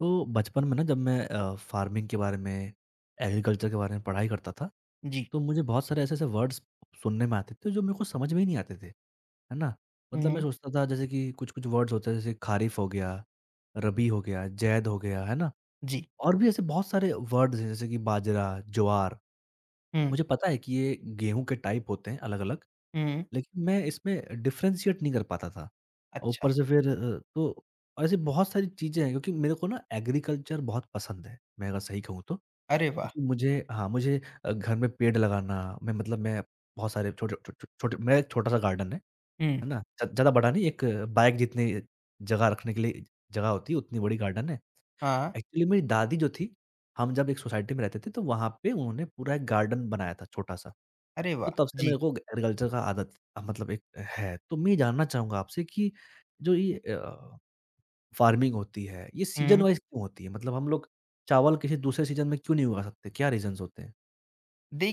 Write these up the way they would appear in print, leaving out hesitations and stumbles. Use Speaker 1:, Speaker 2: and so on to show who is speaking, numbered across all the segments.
Speaker 1: तो बचपन में ना जब मैं फार्मिंग के बारे में, एग्रीकल्चर के बारे में पढ़ाई करता था,
Speaker 2: जी।
Speaker 1: तो मुझे बहुत सारे ऐसे-ऐसे वर्ड्स सुनने में आते थे जो मेरे को समझ में ही नहीं आते थे, है ना? मतलब मैं
Speaker 2: हुँ,
Speaker 1: सोचता था जैसे कि कुछ-कुछ वर्ड्स होते हैं जैसे ख़ारिफ़ हो गया, रबी हो गया, ज़ैद हो गया, है ना?
Speaker 2: जी।
Speaker 1: और भी ऐसे बहुत सारे वर्ड्स हैं जैसे कि बाजरा, ज्वार।
Speaker 2: हुँ,
Speaker 1: मुझे पता है कि ये गेहूँ के टाइप होते हैं अलग-अलग।
Speaker 2: हुँ।
Speaker 1: लेकिन मैं इसमें डिफ्रेंशिएट नहीं कर पाता था। और
Speaker 2: अच्छा,
Speaker 1: ऊपर से फिर तो ऐसी बहुत सारी चीज़ें हैं क्योंकि मेरे को ना एग्रीकल्चर बहुत पसंद है, मैं अगर सही कहूँ तो।
Speaker 2: अरे वाह!
Speaker 1: क्योंकि मुझे हाँ, मुझे घर में पेड़ लगाना मैं बहुत सारे छोटे छो छो छोटे मेरा एक छोटा-सा गार्डन
Speaker 2: हुँ,
Speaker 1: है ना? ज ज़्यादा बड़ा नहीं, एक बाइक जितनी जगह रखने के लिए जगह होती है, उतनी बड़ी गार्डन है।
Speaker 2: हाँ,
Speaker 1: एक्चुअली मेरी दादी जो थी, हम जब एक सोसाइटी में रहते थे, तो वहाँ पे उन्होंने पूरा एक गार्डन बनाया था छोटा-सा।
Speaker 2: अरे वाह!
Speaker 1: तो तब से
Speaker 2: जी,
Speaker 1: मेरे को एग्रीकल्चर का आदत मतलब एक है। तो मैं ये जानना चाहूँगा आपसे कि जो ये फार्मिंग होती है, ये सीज़न
Speaker 2: हुँ।
Speaker 1: वाइज़ क्यों होती है? मतलब हम लोग चावल किसी दूसरे सीज़न में क्यों नहीं उगा सकते? क्या रीज़न्स होते हैं?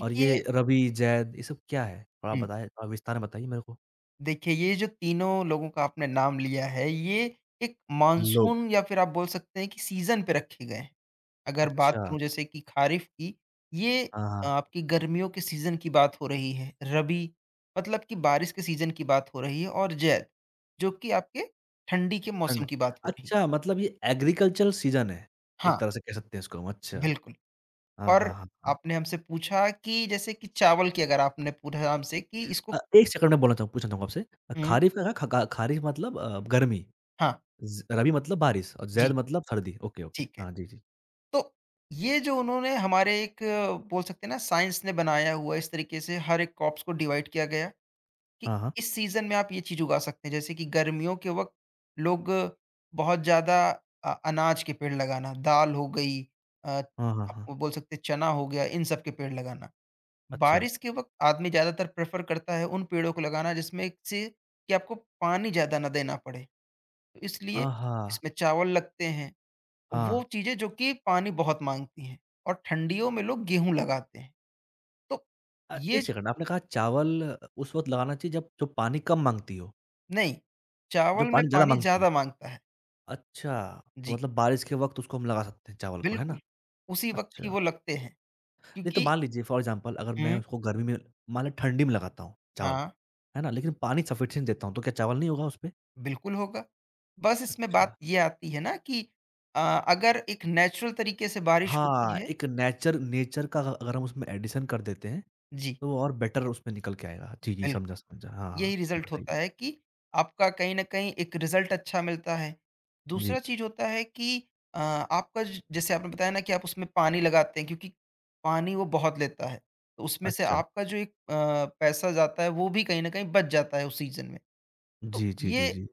Speaker 1: और ये रबी, ज़ैद ये सब क्या है? थोड़ा
Speaker 2: हुँ,
Speaker 1: बताएँ विस्तार में बताइए मेरे को।
Speaker 2: देखिए ये जो तीनों लोगों का आपने नाम लिया है, ये एक
Speaker 1: लोग।
Speaker 2: मानसून या फिर आप बोल सकते हैं कि सीज़न पे रखे गए हैं। अगर बात
Speaker 1: अच्छा,
Speaker 2: करूँ जैसे कि ख़ारिफ़ की, ये
Speaker 1: हाँ,
Speaker 2: आपकी गर्मियों के सीज़न की बात हो रही है, रबी मतलब कि बारिश के सीज़न की बात हो रही है और ज़ैद, जो कि आपके ठंडी के मौसम
Speaker 1: ठंड।
Speaker 2: की बात हो रही है।
Speaker 1: अच्छा मतलब ये एग्रीकल्चरल सीज़न है, एक
Speaker 2: हाँ,
Speaker 1: तरह से कह सकते हैं इसको हम। अच्छा,
Speaker 2: बिल्कुल।
Speaker 1: हाँ,
Speaker 2: और
Speaker 1: हाँ, हाँ, हाँ।
Speaker 2: आपने हमसे पूछा कि जैसे कि चावल की अगर आपने पूछा हमसे कि इसको
Speaker 1: एक सेकंड मैं बोलना चाहूँ पूछना चाहूँगा आपसे
Speaker 2: हुँ,
Speaker 1: ख़ारिफ़ का ख ख ख़ारिफ़ मतलब गर्मी?
Speaker 2: हाँ,
Speaker 1: ज़ रबी मतलब बारिश और
Speaker 2: जी,
Speaker 1: ज़ैद मतलब सर्दी। Okay, okay.
Speaker 2: ठीक है।
Speaker 1: हाँ, जी, जी।
Speaker 2: तो ये जो उन्होंने हमारे एक बोल सकते हैं ना साइंस ने बनाया हुआ इस तरीके से हर एक क्रॉप्स को डिवाइड किया गया कि
Speaker 1: हाँ, हाँ।
Speaker 2: इस सीज़न में आप ये चीज़ उगा सकते हैं। जैसे कि गर्मियों के वक़्त लोग बहुत ज़्यादा अनाज के पेड़ लगाना, दाल हो गई अ,
Speaker 1: हाँ, हाँ,
Speaker 2: आप
Speaker 1: हाँ।
Speaker 2: बोल सकते हैं चना हो गया, इन सब के पेड़ लगाना।
Speaker 1: अच्छा।
Speaker 2: बारिश के वक़्त आदमी ज़्यादातर प्रेफ़र करता है उन पेड़ों को लगाना जिसमें से कि आपको पानी ज़्यादा ना देना पड़े। तो इसलिए
Speaker 1: आहा!
Speaker 2: इसमें चावल लगते हैं, वो
Speaker 1: हाँ।
Speaker 2: चीज़ें जो कि पानी बहुत माँगती हैं और ठंडियों में लोग गेहूँ लगाते हैं। तो ये
Speaker 1: 1
Speaker 2: जो
Speaker 1: सेकंड आपने कहा चावल उस वक़्त लगाना चाहिए जब जो पानी कम माँगती हो,
Speaker 2: नहीं,
Speaker 1: जो
Speaker 2: चावल में
Speaker 1: पानी ज़्यादा
Speaker 2: पानी
Speaker 1: माँगती हो।
Speaker 2: ज़्यादा माँगता है।
Speaker 1: अच्छा, तो
Speaker 2: जी,
Speaker 1: मतलब बारिश के वक़्त उसको हम लगा सकते हैं चावल को, है
Speaker 2: बिल्कुल।
Speaker 1: ना?
Speaker 2: उसी वक़्त ही
Speaker 1: अच्छा।
Speaker 2: वो लगते हैं
Speaker 1: नहीं तो
Speaker 2: क्योंकि
Speaker 1: मान लीजिए फॉर एग्ज़ाम्पल अगर मैं
Speaker 2: हुँ,
Speaker 1: उसको गर्मी में मान लें ठंडी में लगाता हूँ चावल,
Speaker 2: हाँ,
Speaker 1: है ना? लेकिन पानी सफिशिएंट देता हूँ, तो क्या चावल नहीं होगा उसपे?
Speaker 2: बिल्कुल होगा। बस इसमें
Speaker 1: अच्छा।
Speaker 2: बात ये आती है ना कि अ, अगर एक नेचुरल तरीके से बारिश होती
Speaker 1: हाँ,
Speaker 2: है
Speaker 1: एक नेचर नेचर का अगर हम उसमें एडिशन कर देते हैं
Speaker 2: जी,
Speaker 1: तो और बेटर उसमें निकल के आएगा। जी, जी,
Speaker 2: बिल्कुल।
Speaker 1: समझा, समझा। हाँ, हाँ,
Speaker 2: यही रिज़ल्ट
Speaker 1: बताइए।
Speaker 2: होता है कि आपका कहीं न कहीं एक रिज़ल्ट अच्छा मिलता है। दूसरा
Speaker 1: जी,
Speaker 2: चीज़ होता है कि आपका ज जैसे आपने बताया ना कि आप उसमें पानी लगाते हैं क्योंकि पानी वो बहुत लेता है। तो उसमें से
Speaker 1: अच्छा।
Speaker 2: आपका जो एक पैसा जाता है वो भी कहीं न कहीं बच जाता है उस सीज़न में। तो
Speaker 1: जी, जी, जी,
Speaker 2: ये
Speaker 1: जी।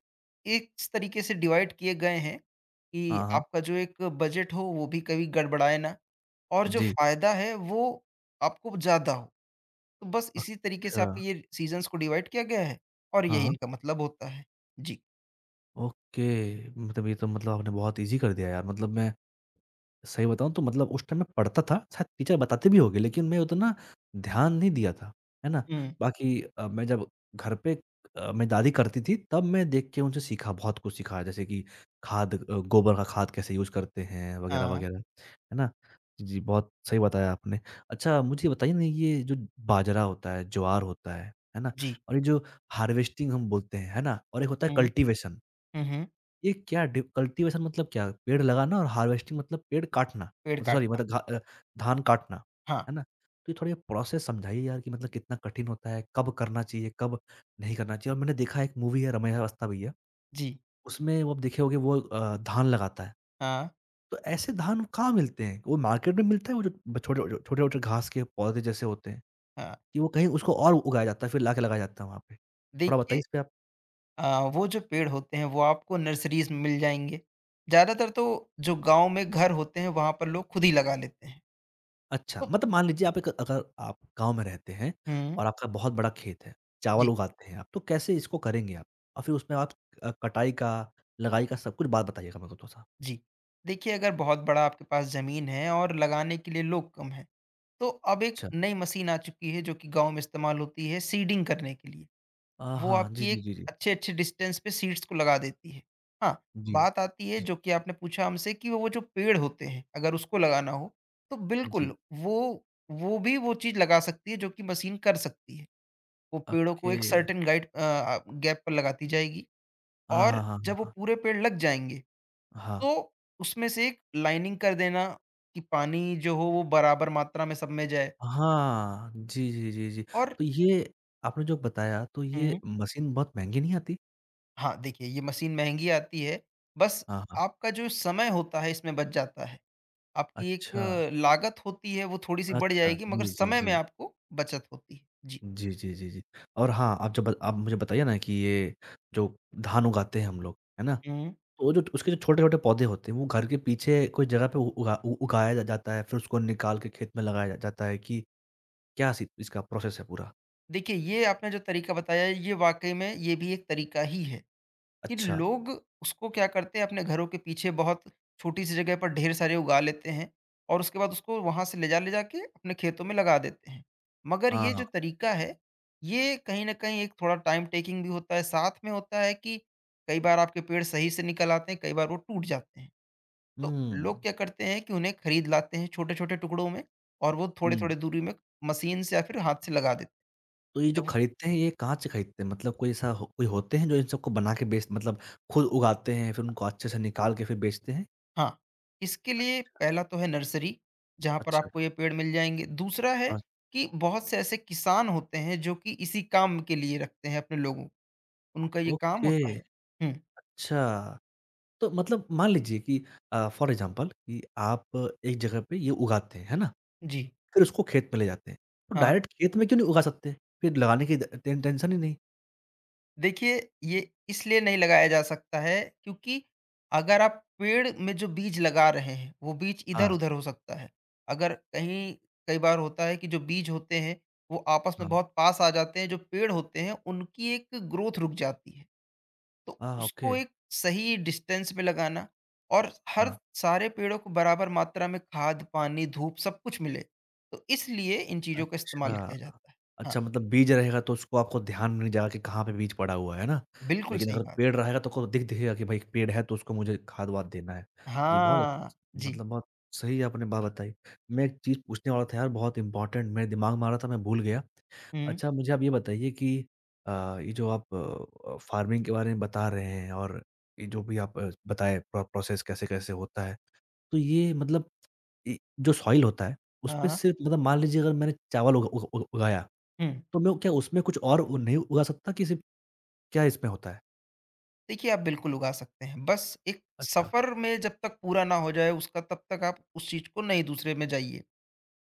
Speaker 2: एक इस तरीके से डिवाइड किए गए हैं कि
Speaker 1: हाँ, हाँ।
Speaker 2: आपका जो एक बजट हो वो भी कभी गड़बड़ाए ना और जो
Speaker 1: जी,
Speaker 2: फ़ायदा है वो आपको ज़्यादा हो। तो बस इसी तरीके से
Speaker 1: अच्छा।
Speaker 2: आपके ये सीज़न्स को डिवाइड किया गया है और
Speaker 1: हाँ,
Speaker 2: यही
Speaker 1: हाँ।
Speaker 2: इनका मतलब होता है। जी।
Speaker 1: ओके, मतलब ये तो मतलब आपने बहुत ईज़ी कर दिया यार। मतलब मैं सही बताऊँ तो मतलब उस टाइम मैं पढ़ता था, शायद टीचर बताते भी होंगे लेकिन मैं उतना ध्यान नहीं दिया था, है ना?
Speaker 2: हुँ,
Speaker 1: बाकी मैं जब घर पे मेरी दादी करती थी तब मैं देख के उनसे सीखा, बहुत कुछ सीखा जैसे कि खाद गोबर का खाद कैसे यूज़ करते हैं
Speaker 2: हाँ,
Speaker 1: वगैरह-वगैरह, है ना? जी, बहुत सही बताया आपने। अच्छा मुझे बताइए ना ये जो बाजरा होता है, ज्वार होता है ना?
Speaker 2: जी।
Speaker 1: और ये जो हार्वेस्टिंग हम बोलते हैं, है ना? और एक होता है
Speaker 2: हुँ,
Speaker 1: कल्टीवेशन
Speaker 2: हुँ, हुँ।
Speaker 1: ये क्या डि कल्टीवेशन मतलब क्या? पेड़ लगाना और हार्वेस्टिंग मतलब पेड़ काटना।
Speaker 2: पेड़
Speaker 1: मतलब सॉरी
Speaker 2: काटना।
Speaker 1: मतलब धान काटना,
Speaker 2: हाँ,
Speaker 1: है ना? तो ये थोड़ा ये प्रोसेस समझाइए यार कि मतलब कितना कठिन होता है, कब करना चाहिए, कब नहीं करना चाहिए? और मैंने देखा एक मूवी है रमैया अवस्था भैया,
Speaker 2: जी।
Speaker 1: उसमें वो आप देखे होंगे वो धान लगाता है।
Speaker 2: हाँ,
Speaker 1: तो ऐसे धान कहाँ मिलते हैं? वो मार्केट में मिलता है वो जो छोटे-छोटे घास के पौधे जैसे होते हैं,
Speaker 2: हाँ।
Speaker 1: कि वो कहीं उसको और उगाया जाता है फिर लाके लगाया जाता है वहाँ पे? थोड़ा बताइए
Speaker 2: देखिए
Speaker 1: इसपे आप?
Speaker 2: वो जो पेड़ होते हैं वो आपको नर्सरीज़ में मिल जाएँगे। ज़्यादातर तो जो गाँव में घर होते हैं वहाँ पर लोग खुद ही लगा लेते हैं।
Speaker 1: अच्छा,
Speaker 2: तो
Speaker 1: मतलब मान लीजिए आप एक अगर आप गाँव में रहते हैं
Speaker 2: हुँ,
Speaker 1: और आपका बहुत बड़ा खेत है,
Speaker 2: जी,
Speaker 1: चावल उगाते हैं आप, तो कैसे इसको करेंगे आप? और फिर उसमें आप कटाई का, लगाई का सब कुछ बात बताइएगा मेरे को थोड़ा-सा?
Speaker 2: जी। देखिए अगर बहुत बड़ा आपके पास ज़मीन है और लगाने के लिए लोग कम हैं, तो अब एक
Speaker 1: अच्छा।
Speaker 2: नई मशीन आ चुकी है जो कि गाँव में इस्तेमाल होती है सीडिंग करने के लिए। वो
Speaker 1: हाँ, जी,
Speaker 2: आपकी
Speaker 1: जी,
Speaker 2: एक
Speaker 1: जी, जी।
Speaker 2: अच्छे-अच्छे डिस्टेंस पे सीड्स को लगा देती है। हाँ,
Speaker 1: जी।
Speaker 2: बात आती है
Speaker 1: जी,
Speaker 2: जो कि आपने पूछा हमसे कि वो जो पेड़ होते हैं, अगर उसको लगाना हो, तो
Speaker 1: जी।
Speaker 2: बिल्कुल वो वो भी वो चीज़ लगा सकती है जो कि मशीन कर सकती है। वो पेड़ों को
Speaker 1: ओके।
Speaker 2: एक सर्टेन गाइड गैप पर लगाती जाएगी
Speaker 1: हाँ,
Speaker 2: और
Speaker 1: हाँ, हाँ,
Speaker 2: जब वो
Speaker 1: हाँ,
Speaker 2: पूरे पेड़ लग जाएँगे,
Speaker 1: हाँ।
Speaker 2: तो उसमें से एक लाइनिंग कर देना कि पानी जो हो वो बराबर मात्रा में सब में जाए
Speaker 1: हाँ, जी, जी, जी, जी।
Speaker 2: और
Speaker 1: तो ये आपने जो बताया तो
Speaker 2: हुँ।
Speaker 1: ये मशीन बहुत महँगी नहीं आती?
Speaker 2: हाँ, देखिए ये मशीन महँगी आती है, बस
Speaker 1: हाँ, हाँ।
Speaker 2: आपका जो समय होता है इसमें बच जाता है। आपकी एक
Speaker 1: अच्छा,
Speaker 2: लागत होती है वो थोड़ी-सी बढ़
Speaker 1: अच्छा।
Speaker 2: जाएगी मगर
Speaker 1: जी, जी,
Speaker 2: समय में
Speaker 1: जी।
Speaker 2: आपको बचत होती है। जी।
Speaker 1: जी, जी, जी, जी। और हाँ, आप जो ब आप मुझे बताइए ना कि ये जो धान उगाते हैं हम लोग, है ना? तो
Speaker 2: हुँ।
Speaker 1: वो जो उसके जो छोटे-छोटे पौधे होते हैं, वो घर के पीछे कोई जगह पे उ उगा उ उगाया जा जाता है, फिर उसको निकाल के खेत में लगाया जा जाता है कि क्या सी इसका प्रोसेस है पूरा?
Speaker 2: देखिए, ये आपने जो तरीका बताया है ये वाक़ई में ये भी एक तरीका ही है। कि
Speaker 1: अच्छा,
Speaker 2: लोग उसको क्या करते हैं अपने घरों के पीछे बहुत छोटी सी जगह पर ढेर सारे उगा लेते हैं और उसके बाद उसको वहां से ले जाके अपने खेतों में लगा देते हैं मगर ये
Speaker 1: हाँ।
Speaker 2: जो तरीका है ये कहीं ना कहीं एक थोड़ा टाइम टेकिंग भी होता है साथ में होता है कि कई बार आपके पेड़ सही से निकल आते हैं कई बार वो टूट जाते हैं तो
Speaker 1: हुँ,
Speaker 2: लोग क्या करते हैं कि उन्हें खरीद लाते हैं छोटे छोटे टुकड़ों में और वो थोड़े
Speaker 1: हुँ।
Speaker 2: थोड़े दूरी में मशीन से या फिर हाथ से लगा देते
Speaker 1: तो ये जो
Speaker 2: हैं
Speaker 1: खरीदते हैं, ये कहाँ से खरीदते हैं? मतलब कोई ऐसा हो कोई होते हैं जो इन सबको बना के बेच मतलब खुद उगाते हैं, फिर उनको अच्छे से निकाल के फिर बेचते हैं?
Speaker 2: हाँ, इसके लिए पहला तो है नर्सरी, जहाँ पर
Speaker 1: अच्छा।
Speaker 2: आपको ये पेड़ मिल जाएँगे। दूसरा है
Speaker 1: अ,
Speaker 2: कि बहुत से ऐसे किसान होते हैं जो कि इसी काम के लिए रखते हैं अपने लोगों को। उनका ये काम
Speaker 1: ओके,
Speaker 2: होता है। हुँ,
Speaker 1: अच्छा। तो मतलब मान लीजिए कि फॉर एग्जाम्पल कि आप एक जगह पे ये उगाते हैं, है ना?
Speaker 2: जी,
Speaker 1: फिर उसको खेत में ले जाते हैं, तो
Speaker 2: हाँ।
Speaker 1: डायरेक्ट खेत में क्यों नहीं उगा सकते? फिर लगाने की द टेन टेंशन ही नहीं।
Speaker 2: देखिए, ये इसलिए नहीं लगाया जा सकता है क्योंकि अगर आप पेड़ में जो बीज लगा रहे हैं, वो बीज
Speaker 1: हाँ,
Speaker 2: इधर-उधर हो सकता है। अगर कहीं कई बार होता है कि जो बीज होते हैं, वो आपस में
Speaker 1: हाँ।
Speaker 2: बहुत पास आ जाते हैं, जो पेड़ होते हैं उनकी एक ग्रोथ रुक जाती है। तो
Speaker 1: हाँ,
Speaker 2: उसको
Speaker 1: ओके।
Speaker 2: एक सही डिस्टेंस पे लगाना और हर
Speaker 1: हाँ।
Speaker 2: सारे पेड़ों को बराबर मात्रा में खाद, पानी, धूप सब कुछ मिले। तो इसलिए इन चीज़ों का इस्तेमाल
Speaker 1: अच्छा।
Speaker 2: किया जाता है। हाँ,
Speaker 1: अच्छा मतलब बीज रहेगा तो उसको आपको ध्यान में नहीं जाएगा कि कहाँ पे बीज पड़ा हुआ है ना?
Speaker 2: बिल्कुल
Speaker 1: लेकिन
Speaker 2: सही
Speaker 1: अगर
Speaker 2: बात।
Speaker 1: पेड़ रहेगा तो आपको दिखेगा कि भाई एक पेड़ है तो उसको मुझे खाद-वाद देना है। जी, बहुत
Speaker 2: हाँ,
Speaker 1: अच्छ
Speaker 2: जी।
Speaker 1: मतलब बहुत सही आपने बात बताई। मैं एक चीज़ पूछने वाला था यार बहुत इम्पोर्टेंट मेरे दिमाग में आ रहा था मैं भूल गया।
Speaker 2: हुँ,
Speaker 1: अच्छा मुझे आप ये बताइए कि ये जो आप फार्मिंग के बारे में बता रहे हैं और ये जो भी आप बताएँ प्रोसेस कैसे-कैसे होता है। तो ये मतलब जो सॉइल होता है, उसपे
Speaker 2: हाँ,
Speaker 1: सिर्फ़ मतलब मान लीजिए अगर मैंने चावल उग उग उग उगाया,
Speaker 2: हुँ।
Speaker 1: तो मैं क्या उसमें कुछ और उ नहीं उगा सकता कि सिर्फ़ क्या इसमें होता है?
Speaker 2: देखिए आप बिल्कुल उगा सकते हैं। बस एक
Speaker 1: अच्छा।
Speaker 2: सफ़र में जब तक पूरा ना हो जाए उसका तब तक आप उस चीज़ को नहीं दूसरे में जाइए।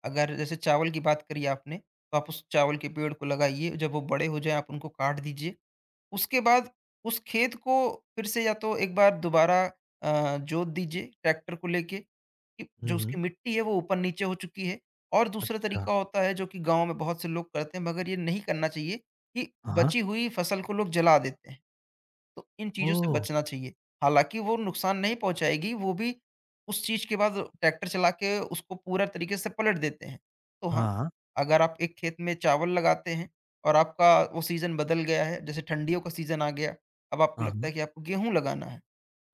Speaker 2: अगर जैसे चावल की बात करी आपने, तो आप उस चावल के पेड़ को लगाइए, जब वो बड़े हो जाएँ आप उनको काट दीजिए। उसके बाद उस खेत को फिर से या तो एक बार दोबारा जोत दीजिए ट्रैक्टर को लेके कि
Speaker 1: हुँ,
Speaker 2: जो
Speaker 1: हुँ।
Speaker 2: उसकी मिट्टी है वो ऊपर नीचे हो चुकी है और दूसरा
Speaker 1: अच्छा।
Speaker 2: तरीका होता है जो कि गाँव में बहुत से लोग करते हैं मगर ये नहीं करना चाहिए कि
Speaker 1: हाँ, हाँ।
Speaker 2: बची हुई फसल को लोग जला देते हैं। तो इन चीज़ों से
Speaker 1: ओह!
Speaker 2: बचना चाहिए। हालाँकि वो नुकसान नहीं पहुँचाएगी, वो भी उस चीज़ के बाद ट्रैक्टर चला के उसको पूरा तरीके से पलट देते हैं। तो हाँ,
Speaker 1: हाँ, हाँ।
Speaker 2: अगर आप एक खेत में चावल लगाते हैं और आपका वो सीज़न बदल गया है, जैसे ठंडियों का सीज़न आ गया, अब आपको
Speaker 1: हाँ,
Speaker 2: लगता
Speaker 1: हाँ।
Speaker 2: है कि आपको गेहूँ लगाना है,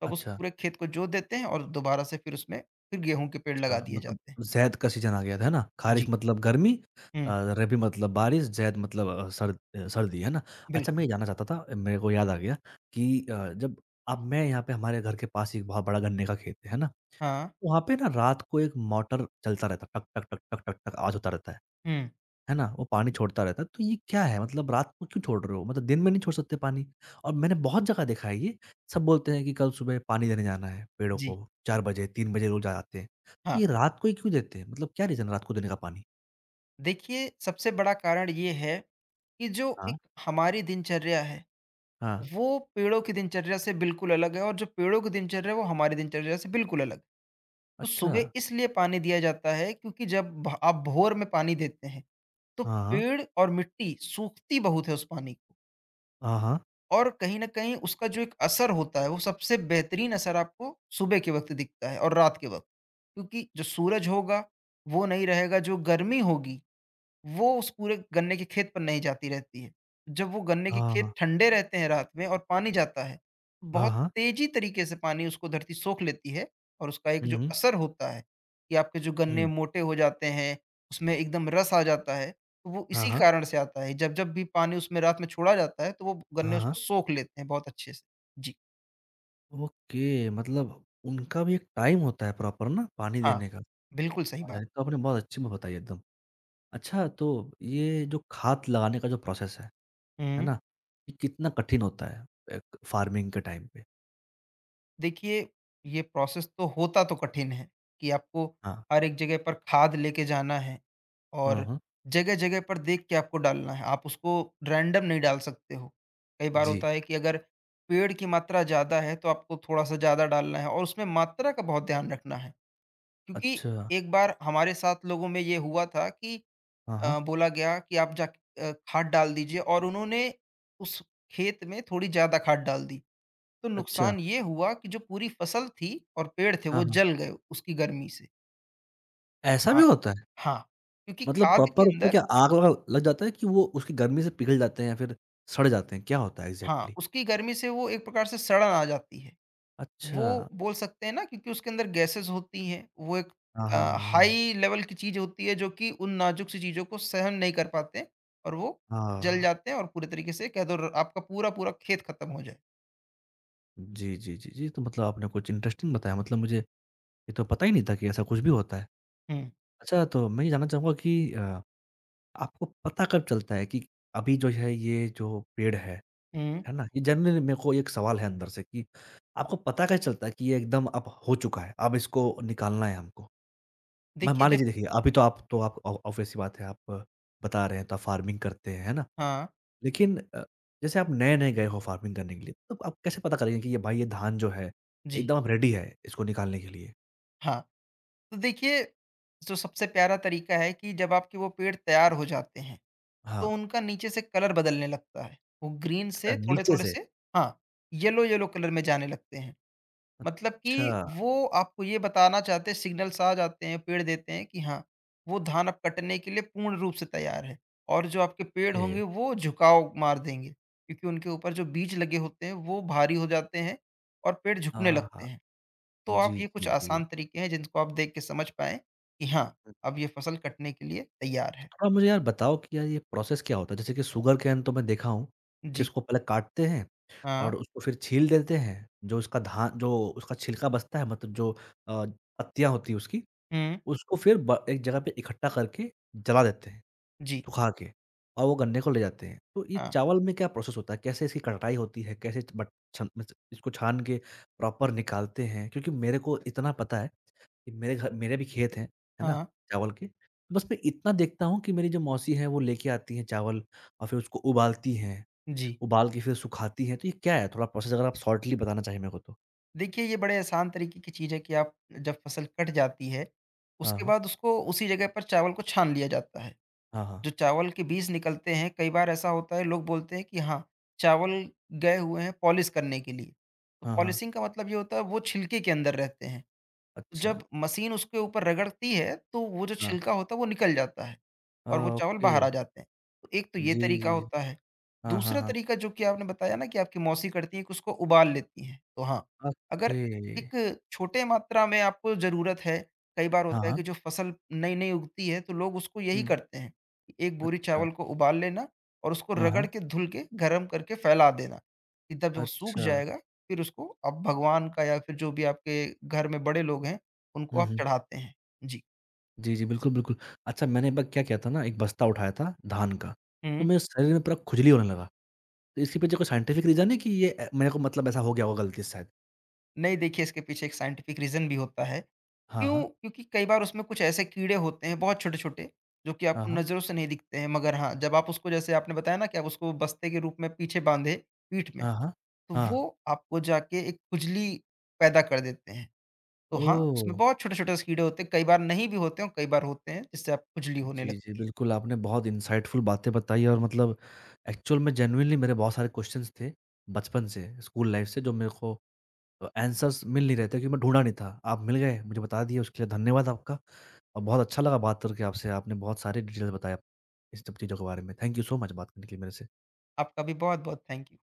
Speaker 2: तो आप उस
Speaker 1: अच्छा,
Speaker 2: पूरे खेत को जोत देते हैं और दोबारा से फिर उसमें फिर गेहूँ के पेड़ लगा
Speaker 1: अच्छा।
Speaker 2: दिए
Speaker 1: मतलब
Speaker 2: जाते हैं।
Speaker 1: ज़ैद का सीज़न आ गया था, है ना?
Speaker 2: जी।
Speaker 1: ख़ारिफ़ मतलब गर्मी अ,
Speaker 2: हुँ,
Speaker 1: रबी मतलब बारिश, ज़ैद मतलब सर्दी, है ना? अच्छा
Speaker 2: बिल्कुल।
Speaker 1: मैं ये जानना चाहता था, मेरे को याद आ गया कि जब अब मैं यहाँ पे हमारे घर के पास ही एक बहुत बड़ा गन्ने का खेत है ना?
Speaker 2: हाँ।
Speaker 1: वहाँ पे ना रात को एक मोटर चलता रहता है, टक, टक, टक, टक, टक आवाज़ होता रहता
Speaker 2: हुँ,
Speaker 1: है ना? वो पानी छोड़ता रहता है, तो ये क्या है? मतलब रात को क्यों छोड़ रहे हो? मतलब दिन में नहीं छोड़ सकते पानी? और मैंने बहुत जगह देखा है ये, सब बोलते हैं कि कल सुबह पानी देने जाना है पेड़ों
Speaker 2: जी,
Speaker 1: को, 4 बजे, 3 बजे रोज़ आते हैं, तो
Speaker 2: हाँ।
Speaker 1: ये रात को ही क्यों देते हैं? मतलब क्या रीज़न है रात को देने का पानी?
Speaker 2: देखिए, सबसे बड़ा कारण ये है कि जो
Speaker 1: हाँ,
Speaker 2: एक हमारी दिनचर्या है
Speaker 1: हाँ,
Speaker 2: वो पेड़ों की दिनचर्या से बिल्कुल अलग है और जो पेड़ों की दिनचर्या है वो हमारी दिनचर्या से बिल्कुल अलग। है। तो
Speaker 1: अच्छा,
Speaker 2: सुबह इसलिए पानी दिया जाता है क्योंकि जब भ आप भोर में पानी देते हैं तो
Speaker 1: हाँ, हाँ,
Speaker 2: पेड़ और मिट्टी सूखती बहुत है उस पानी को
Speaker 1: हाँ, हाँ,
Speaker 2: और कहीं न कहीं उसका जो एक असर होता है वो सबसे बेहतरीन असर आपको सुबह के वक़्त दिखता है और रात के वक़्त। क्योंकि जो सूरज होगा वो नहीं रहेगा, जो गर्मी होगी वो उस पूरे गन्ने के खेत पर नहीं जाती रहती है। जब वो गन्ने के
Speaker 1: हाँ, हाँ,
Speaker 2: खेत ठंडे रहते हैं रात में और पानी जाता है,
Speaker 1: हाँ,
Speaker 2: बहुत
Speaker 1: हाँ,
Speaker 2: तेज़ी तरीके से पानी उसको धरती सोख लेती है और उसका एक जो
Speaker 1: हुँ,
Speaker 2: असर होता है कि आपके जो गन्ने
Speaker 1: हुँ,
Speaker 2: मोटे हो जाते हैं, उसमें एकदम रस आ जाता है, तो वो
Speaker 1: हाँ,
Speaker 2: इसी
Speaker 1: हाँ,
Speaker 2: कारण से आता है। जब-जब भी पानी उसमें रात में छोड़ा जाता है, तो वो गन्ने
Speaker 1: हाँ, हाँ,
Speaker 2: उसको सोख लेते हैं बहुत अच्छे से। जी,
Speaker 1: ओके, मतलब उनका भी एक टाइम होता है प्रॉपर ना पानी
Speaker 2: हाँ,
Speaker 1: देने का?
Speaker 2: बिल्कुल सही
Speaker 1: यार,
Speaker 2: बात।
Speaker 1: ये तो आपने बहुत अच्छी बात बताई एकदम। अच्छा तो ये जो खाद लगाने का जो प्रोसेस है
Speaker 2: हुँ।
Speaker 1: ना? ये कितना कठिन होता है एक फार्मिंग के टाइम पे?
Speaker 2: देखिए, ये प्रोसेस तो होता तो कठिन है कि आपको
Speaker 1: हाँ।
Speaker 2: हर एक जगह पर खाद लेके जाना है
Speaker 1: हुँ,
Speaker 2: और
Speaker 1: हुँ।
Speaker 2: जगह-जगह पर देख के आपको डालना है। आप उसको रैंडम नहीं डाल सकते हो। कई बार
Speaker 1: जी।
Speaker 2: होता है कि अगर पेड़ की मात्रा ज़्यादा है, तो आपको थोड़ा-सा ज़्यादा डालना है और उसमें मात्रा का बहुत ध्यान रखना है। क्योंकि
Speaker 1: अच्छा।
Speaker 2: एक बार हमारे साथ लोगों में ये हुआ था कि
Speaker 1: हाँ, हाँ।
Speaker 2: बोला गया कि आप खाद डाल दीजिए और उन्होंने उस खेत में थोड़ी ज़्यादा खाद डाल दी। तो
Speaker 1: अच्छा।
Speaker 2: नुकसान ये हुआ कि जो पूरी फसल थी और पेड़ थे
Speaker 1: हाँ,
Speaker 2: वो
Speaker 1: हाँ।
Speaker 2: जल गए उसकी गर्मी से।
Speaker 1: ऐसा
Speaker 2: हाँ,
Speaker 1: भी होता है?
Speaker 2: हाँ, क्योंकि
Speaker 1: मतलब
Speaker 2: खाद के
Speaker 1: प्रॉपर उसमें
Speaker 2: अंदर
Speaker 1: क्या आग लगा लग जाता है कि वो उसकी गर्मी से पिघल जाते हैं या फिर सड़ जाते हैं? क्या होता है
Speaker 2: हाँ,
Speaker 1: एग्ज़ैक्टली?
Speaker 2: उसकी गर्मी से वो एक प्रकार से सड़न आ जाती है। वो
Speaker 1: अच्छा।
Speaker 2: बोल सकते हैं ना क्योंकि उसके अंदर गैसेज़ होती हैं, वो एक
Speaker 1: हाँ, हाँ, हाँ, हाँ।
Speaker 2: हाई लेवल की चीज़ होती है जो कि उन नाज़ुक सी चीज़ों को सहन नहीं कर पाते और वो जल
Speaker 1: हाँ।
Speaker 2: जाते हैं और पूरे तरीके से कह दो र आपका पूरा-पूरा खेत खत्म हो जाए।
Speaker 1: जी, जी, जी, जी। तो मतलब आपने कुछ इंटरेस्टिंग बताया मतलब मुझे ये तो पता ही नहीं था कि ऐसा कुछ भी होता है।
Speaker 2: हुँ,
Speaker 1: अच्छा तो मैं ये जानना चाहूँगा कि अ आपको पता कब चलता है कि अभी जो है ये जो पेड़
Speaker 2: हुँ।
Speaker 1: है ना? ये जनरली मेरे को एक सवाल है अंदर से कि आपको पता कैसे चलता है कि ये एकदम अब हो चुका है, अब इसको निकालना है हमको? मैं
Speaker 2: देखिए
Speaker 1: मान
Speaker 2: जब
Speaker 1: लीजिए देखिए अभी तो आप ऑ ऑब्वियस सी बात है आप बता रहे हैं तो आप फार्मिंग करते हैं, है ना?
Speaker 2: हाँ,
Speaker 1: लेकिन जैसे आप नए-नए गए हो फार्मिंग करने के लिए, तो आप कैसे पता करेंगे कि ये भाई ये धान जो है
Speaker 2: जी,
Speaker 1: एकदम अब रेडी है इसको निकालने के लिए?
Speaker 2: हाँ। तो देखिए, जो सबसे प्यारा तरीका है कि जब आपके वो पेड़ तैयार हो जाते हैं, तो
Speaker 1: हाँ,
Speaker 2: उनका नीचे से कलर बदलने लगता है। वो ग्रीन
Speaker 1: अच्छा
Speaker 2: से
Speaker 1: नीचे
Speaker 2: थोड़े-थोड़े
Speaker 1: से।
Speaker 2: से हाँ, येलो-येलो कलर में जाने लगते हैं। मतलब
Speaker 1: अच्छा,
Speaker 2: कि वो आपको ये बताना चाहते हैं सिग्नल्स आ जाते हैं, पेड़ देते हैं कि हाँ, वो धान अब कटने के लिए पूर्ण रूप से तैयार है। और जो आपके पेड़ होंगे
Speaker 1: ये।
Speaker 2: वो झुकाव मार देंगे, क्योंकि उनके ऊपर जो बीज लगे होते हैं वो भारी हो जाते हैं और पेड़ झुकने
Speaker 1: हाँ, हाँ।
Speaker 2: लगते हैं। तो आप
Speaker 1: जी,
Speaker 2: ये कुछ
Speaker 1: जी, जी।
Speaker 2: आसान तरीके हैं जिनको आप देख के समझ पाएँ कि हाँ,
Speaker 1: हुँ।
Speaker 2: अब ये फ़सल कटने के लिए तैयार है।
Speaker 1: आप मुझे यार बताओ कि यार ये प्रोसेस क्या होता है? जैसे कि शुगर केन तो मैं देखा हूँ कि
Speaker 2: जी।
Speaker 1: उसको पहले काटते हैं
Speaker 2: हाँ।
Speaker 1: और उसको फिर छील देते हैं। जो उसका छिलका बचता है मतलब जो पत्तियाँ होती हैं उसकी,
Speaker 2: हुँ।
Speaker 1: उसको फिर ब एक जगह पे इकट्ठा करके जला देते हैं,
Speaker 2: जी।
Speaker 1: सुखा के और वो गन्ने को ले जाते हैं। तो ये
Speaker 2: हाँ।
Speaker 1: चावल में क्या प्रोसेस होता है? कैसे इसकी कटाई होती है? कैसे बट छन मतलब इसको छान के प्रॉपर निकालते हैं? क्योंकि मेरे को इतना पता है कि मेरे भी खेत हैं, है ना?
Speaker 2: हाँ।
Speaker 1: चावल के। तो बस मैं इतना देखता हूँ कि मेरी जो मौसी हैं वो लेके आती हैं चावल और फिर उसको उबालती हैं,
Speaker 2: जी।
Speaker 1: उबाल के फिर सुखाती हैं, तो ये क्या है? थोड़ा प्रोसेस अगर आप शॉर्टली बताना चाहिए मेरे को तो।
Speaker 2: देखिए ये बड़े आसान तरीके की चीज़ है कि आप जब फ़सल कट जाती है,
Speaker 1: हाँ,
Speaker 2: उसके
Speaker 1: हाँ।
Speaker 2: बाद उसको उसी जगह पर चावल को छान लिया जाता है।
Speaker 1: हाँ, हाँ।
Speaker 2: जो चावल के बीज निकलते हैं, कई बार ऐसा होता है लोग बोलते हैं कि हाँ, चावल गए हुए हैं पॉलिश करने के लिए। तो
Speaker 1: हाँ, हाँ।
Speaker 2: पॉलिशिंग का मतलब ये होता है वो छिलके के अंदर रहते हैं।
Speaker 1: अच्छा।
Speaker 2: जब मशीन उसके ऊपर रगड़ती है, तो वो जो
Speaker 1: हाँ।
Speaker 2: छिलका होता है वो निकल जाता है
Speaker 1: आ,
Speaker 2: और वो चावल
Speaker 1: ओके।
Speaker 2: बाहर आ जाते हैं। तो एक तो ये
Speaker 1: जी, जी,
Speaker 2: तरीका
Speaker 1: जी।
Speaker 2: होता है।
Speaker 1: हाँ, हाँ,
Speaker 2: दूसरा
Speaker 1: हाँ।
Speaker 2: तरीका जो कि आपने बताया ना कि आपकी मौसी करती हैं कि उसको उबाल लेती हैं। तो हाँ,
Speaker 1: ओके।
Speaker 2: अगर एक छोटे मात्रा में आपको ज़रूरत है, कई बार
Speaker 1: हाँ,
Speaker 2: होता है
Speaker 1: हाँ।
Speaker 2: कि जो फसल नई-नई उगती है तो लोग उसको यही
Speaker 1: हुँ।
Speaker 2: करते हैं, कि एक बोरी
Speaker 1: अच्छा।
Speaker 2: चावल को उबाल लेना और उसको
Speaker 1: हाँ,
Speaker 2: रगड़
Speaker 1: हाँ।
Speaker 2: के, धुल के, गरम करके फैला देना, कि तब जब वो सूख
Speaker 1: अच्छा।
Speaker 2: जाएगा, फिर उसको आप भगवान का या फिर जो भी आपके घर में बड़े लोग हैं उनको
Speaker 1: हुँ,
Speaker 2: आप
Speaker 1: हुँ।
Speaker 2: चढ़ाते हैं। जी।
Speaker 1: जी, जी। बिल्कुल, बिल्कुल। अच्छा मैंने एक बार क्या किया था ना, एक बस्ता उठाया था धान का, तो
Speaker 2: हुँ।
Speaker 1: मेरे शरीर में पूरा खुजली होने लगा। तो इसके पीछे कोई साइंटिफिक रीज़न है कि ये मेरे को मतलब ऐसा हो गया होगा गलती से शायद?
Speaker 2: नहीं देखिए इसके पीछे एक साइंटिफिक रीज़न भी होता है।
Speaker 1: हाँ, हाँ।
Speaker 2: क्यों? क्योंकि कई बार उसमें कुछ ऐसे कीड़े होते हैं बहुत छोटे-छोटे, जो कि
Speaker 1: हाँ,
Speaker 2: आपको
Speaker 1: हाँ।
Speaker 2: नज़रों से नहीं दिखते हैं मगर हाँ, जब आप उसको जैसे आपने बताया ना कि आप उसको बस्ते के रूप में पीछे बाँधे पीठ में,
Speaker 1: हाँ, हाँ।
Speaker 2: तो
Speaker 1: हाँ।
Speaker 2: वो आपको जाके एक खुजली पैदा कर देते हैं। तो हाँ,
Speaker 1: ओह!
Speaker 2: उसमें बहुत छोटे-छोटे से कीड़े होते हैं, कई बार नहीं भी होते हैं और कई बार होते हैं जिससे आपको खुजली होने
Speaker 1: जी, जी,
Speaker 2: लगती है।
Speaker 1: बिल्कुल आपने बहुत इनसाइटफुल बातें बताई और मतलब एक्चुअल में जेनुइनली मेरे बहुत सारे क्वेश्चन्स थे बचपन से, स्कूल लाइफ़ से जो मेरे को आंसर्स मिल नहीं रहे थे क्योंकि मैं ढूँढा नहीं था। आप मिल गए, मुझे बता दिए उसके लिए धन्यवाद आपका और बहुत अच्छा लगा बात करके आपसे। आपने बहुत सारी डिटेल बताया इस सब चीज़ों के बारे में। थैंक यू सो मच बात करने के लिए मेरे से।
Speaker 2: आपका भी बहुत-बहुत थैंक यू।